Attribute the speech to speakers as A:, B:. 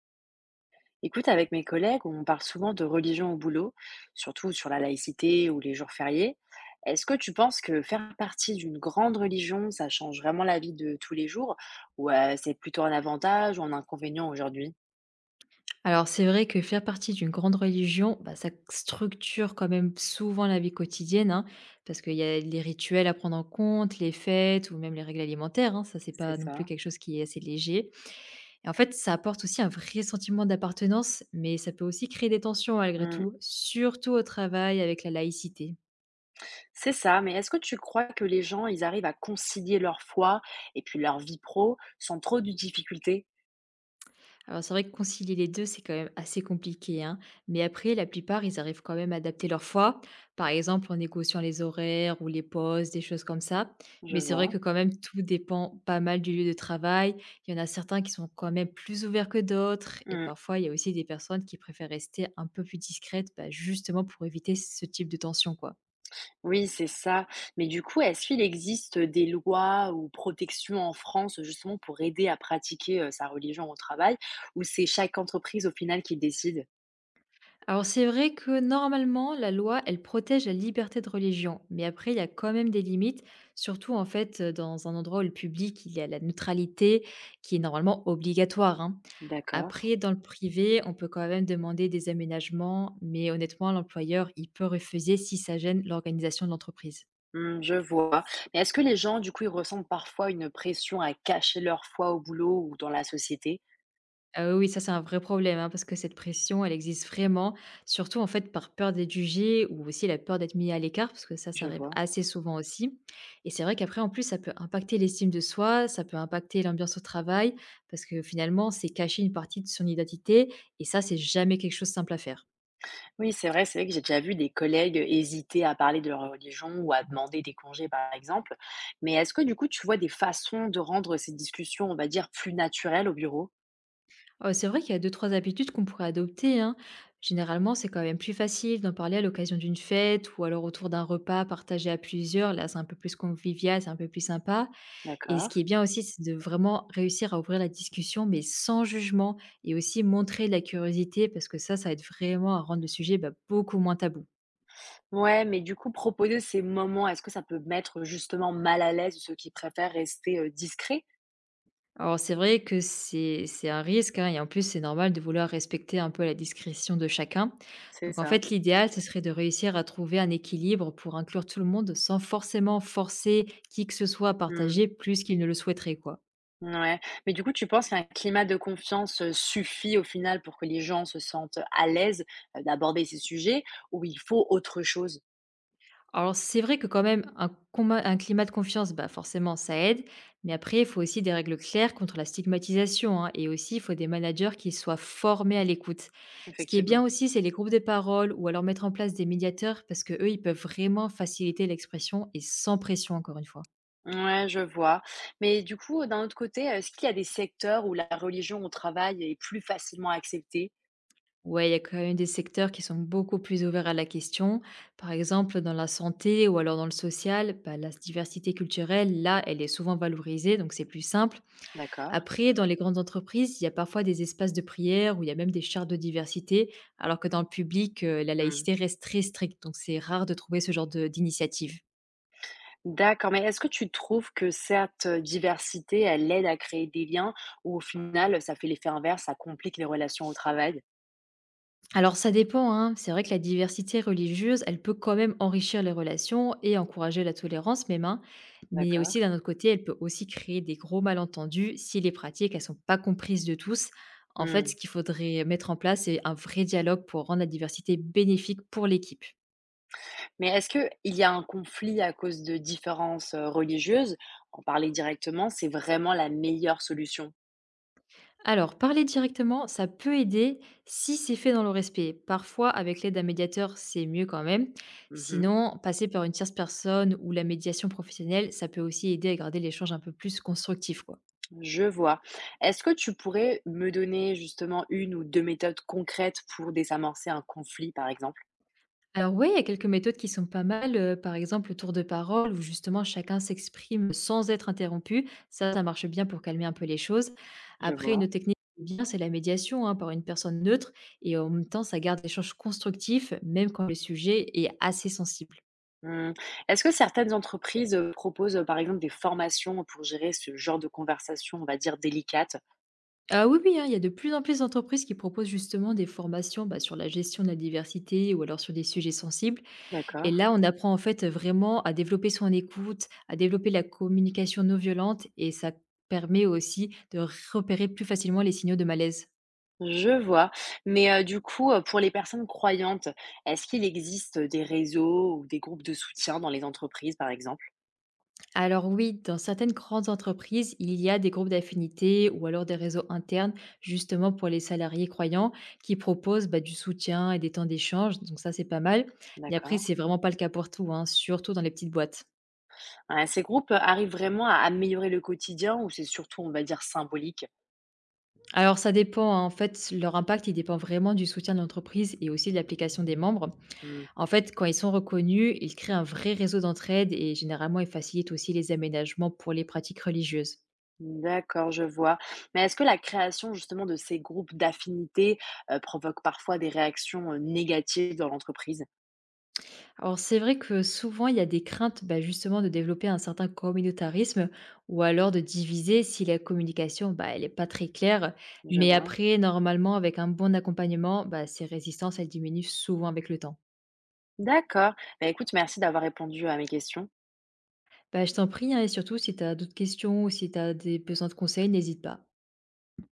A: Écoute, avec mes collègues, on parle souvent de religion au boulot, surtout sur la laïcité ou les jours fériés. Est-ce que tu penses que faire partie d'une grande religion, ça change vraiment la vie de tous les jours, ou c'est plutôt un avantage ou un inconvénient aujourd'hui?
B: Alors c'est vrai que faire partie d'une grande religion, bah, ça structure quand même souvent la vie quotidienne, hein, parce qu'il y a les rituels à prendre en compte, les fêtes ou même les règles alimentaires, hein, ça c'est
A: C'est
B: pas non plus
A: ça.
B: quelque chose qui est assez léger. Et en fait, ça apporte aussi un vrai sentiment d'appartenance, mais ça peut aussi créer des tensions malgré
A: Hmm.
B: tout, surtout au travail avec la laïcité.
A: C'est ça, mais est-ce que tu crois que les gens, ils arrivent à concilier leur foi et puis leur vie pro sans trop de difficultés?
B: Alors c'est vrai que concilier les 2 c'est quand même assez compliqué, hein. Mais après, la plupart, ils arrivent quand même à adapter leur foi, par exemple en négociant les horaires ou les pauses, des choses comme ça.
A: Je
B: Mais c'est vrai
A: vois.
B: que quand même, tout dépend pas mal du lieu de travail. Il y en a certains qui sont quand même plus ouverts que d'autres. Et parfois, il y a aussi des personnes qui préfèrent rester un peu plus discrètes, bah, justement pour éviter ce type de tension, quoi.
A: Oui, c'est ça. Mais du coup, est-ce qu'il existe des lois ou protections en France justement pour aider à pratiquer sa religion au travail, ou c'est chaque entreprise au final qui décide?
B: Alors c'est vrai que normalement, la loi, elle protège la liberté de religion, mais après, il y a quand même des limites, surtout en fait dans un endroit où le public, il y a la neutralité qui est normalement obligatoire, hein.
A: D'accord.
B: Après, dans le privé, on peut quand même demander des aménagements, mais honnêtement, l'employeur, il peut refuser si ça gêne l'organisation de l'entreprise.
A: Hmm, je vois. Mais est-ce que les gens, du coup, ils ressentent parfois une pression à cacher leur foi au boulot ou dans la société?
B: Ah oui, oui, ça, c'est un vrai problème, hein, parce que cette pression, elle existe vraiment, surtout en fait par peur d'être jugé ou aussi la peur d'être mis à l'écart, parce que ça
A: Je
B: arrive
A: vois.
B: assez souvent aussi. Et c'est vrai qu'après, en plus, ça peut impacter l'estime de soi, ça peut impacter l'ambiance au travail, parce que finalement, c'est cacher une partie de son identité, et ça, c'est jamais quelque chose de simple à faire.
A: Oui, c'est vrai que j'ai déjà vu des collègues hésiter à parler de leur religion ou à demander des congés, par exemple. Mais est-ce que, du coup, tu vois des façons de rendre ces discussions, on va dire, plus naturelles au bureau?
B: C'est vrai qu'il y a deux, trois habitudes qu'on pourrait adopter, hein. Généralement, c'est quand même plus facile d'en parler à l'occasion d'une fête ou alors autour d'un repas partagé à plusieurs. Là, c'est un peu plus convivial, c'est un peu plus sympa. Et ce
A: D'accord.
B: qui est bien aussi, c'est de vraiment réussir à ouvrir la discussion, mais sans jugement et aussi montrer de la curiosité parce que ça aide vraiment à rendre le sujet, bah, beaucoup moins tabou.
A: Ouais, mais du coup, proposer ces moments, est-ce que ça peut mettre justement mal à l'aise ceux qui préfèrent rester, discrets?
B: Alors c'est vrai que c'est un risque, hein, et en plus, c'est normal de vouloir respecter un peu la discrétion de chacun.
A: C'est
B: Donc en
A: ça?
B: fait, l'idéal, ce serait de réussir à trouver un équilibre pour inclure tout le monde sans forcément forcer qui que ce soit à
A: Mmh.
B: partager plus qu'il ne le souhaiterait, quoi.
A: Ouais, mais du coup, tu penses qu'un climat de confiance, suffit au final pour que les gens se sentent à l'aise d'aborder ces sujets ou il faut autre chose?
B: Alors c'est vrai que quand même un climat de confiance, bah, forcément ça aide, mais après il faut aussi des règles claires contre la stigmatisation, hein, et aussi il faut des managers qui soient formés à l'écoute. Ce qui est bien
A: Effectivement.
B: aussi, c'est les groupes de parole ou alors mettre en place des médiateurs parce que eux, ils peuvent vraiment faciliter l'expression et sans pression encore une fois.
A: Ouais, je vois, mais du coup, d'un autre côté, est-ce qu'il y a des secteurs où la religion au travail est plus facilement acceptée?
B: Ouais, il y a quand même des secteurs qui sont beaucoup plus ouverts à la question. Par exemple, dans la santé ou alors dans le social, bah, la diversité culturelle, là, elle est souvent valorisée, donc c'est plus simple.
A: D'accord.
B: Après, dans les grandes entreprises, il y a parfois des espaces de prière où il y a même des chartes de diversité, alors que dans le public, la
A: Mmh.
B: laïcité reste très stricte, donc c'est rare de trouver ce d'initiative.
A: D'accord, mais est-ce que tu trouves que cette diversité, elle aide à créer des liens ou au final, ça fait l'effet inverse, ça complique les relations au travail?
B: Alors ça dépend, hein. C'est vrai que la diversité religieuse, elle peut quand même enrichir les relations et encourager la tolérance même, hein. Mais
A: D'accord.
B: aussi d'un autre côté, elle peut aussi créer des gros malentendus si les pratiques, elles sont pas comprises de tous. En fait,
A: Mmh.
B: ce qu'il faudrait mettre en place, c'est un vrai dialogue pour rendre la diversité bénéfique pour l'équipe.
A: Mais est-ce que il y a un conflit à cause de différences, religieuses? En parler directement, c'est vraiment la meilleure solution.
B: Alors, parler directement, ça peut aider si c'est fait dans le respect. Parfois, avec l'aide d'un médiateur, c'est mieux quand même.
A: Mmh.
B: Sinon, passer par une tierce personne ou la médiation professionnelle, ça peut aussi aider à garder l'échange un peu plus constructif, quoi.
A: Je vois. Est-ce que tu pourrais me donner justement une ou 2 méthodes concrètes pour désamorcer un conflit, par exemple?
B: Alors oui, il y a quelques méthodes qui sont pas mal. Par exemple, le tour de parole, où justement chacun s'exprime sans être interrompu. Ça marche bien pour calmer un peu les choses.
A: Je
B: Après, une
A: vois.
B: autre technique qui est bien, c'est la médiation, hein, par une personne neutre. Et en même temps, ça garde l'échange constructif, même quand le sujet est assez sensible.
A: Mmh. Est-ce que certaines entreprises, proposent, par exemple des formations pour gérer ce genre de conversation, on va dire délicate?
B: Ah oui, oui, hein, il y a de plus en plus d'entreprises qui proposent justement des formations, bah, sur la gestion de la diversité ou alors sur des sujets sensibles. Et
A: D'accord,
B: là, on apprend en fait vraiment à développer son écoute, à développer la communication non violente et ça permet aussi de repérer plus facilement les signaux de malaise.
A: je vois. Mais, du coup, pour les personnes croyantes, est-ce qu'il existe des réseaux ou des groupes de soutien dans les entreprises, par exemple?
B: Alors oui, dans certaines grandes entreprises, il y a des groupes d'affinités ou alors des réseaux internes justement pour les salariés croyants qui proposent, bah, du soutien et des temps d'échange. Donc ça, c'est pas mal. Mais après,
A: D'accord.
B: c'est vraiment pas le cas pour tout, hein, surtout dans les petites boîtes.
A: Ah, ces groupes arrivent vraiment à améliorer le quotidien ou c'est surtout, on va dire, symbolique?
B: Alors ça dépend, hein. En fait, leur impact, il dépend vraiment du soutien de l'entreprise et aussi de l'application des membres.
A: Mmh.
B: En fait, quand ils sont reconnus, ils créent un vrai réseau d'entraide et généralement, ils facilitent aussi les aménagements pour les pratiques religieuses.
A: D'accord, je vois. Mais est-ce que la création justement de ces groupes d'affinité provoque parfois des réactions, négatives dans l'entreprise?
B: Alors c'est vrai que souvent, il y a des craintes, bah, justement de développer un certain communautarisme ou alors de diviser si la communication, bah, elle n'est pas très claire.
A: Je
B: Mais
A: vois.
B: après, normalement, avec un bon accompagnement, bah, ces résistances, elles diminuent souvent avec le temps.
A: D'accord. Bah, écoute, merci d'avoir répondu à mes questions.
B: Bah, je t'en prie, hein, et surtout si tu as d'autres questions ou si tu as des besoins de conseils, n'hésite pas.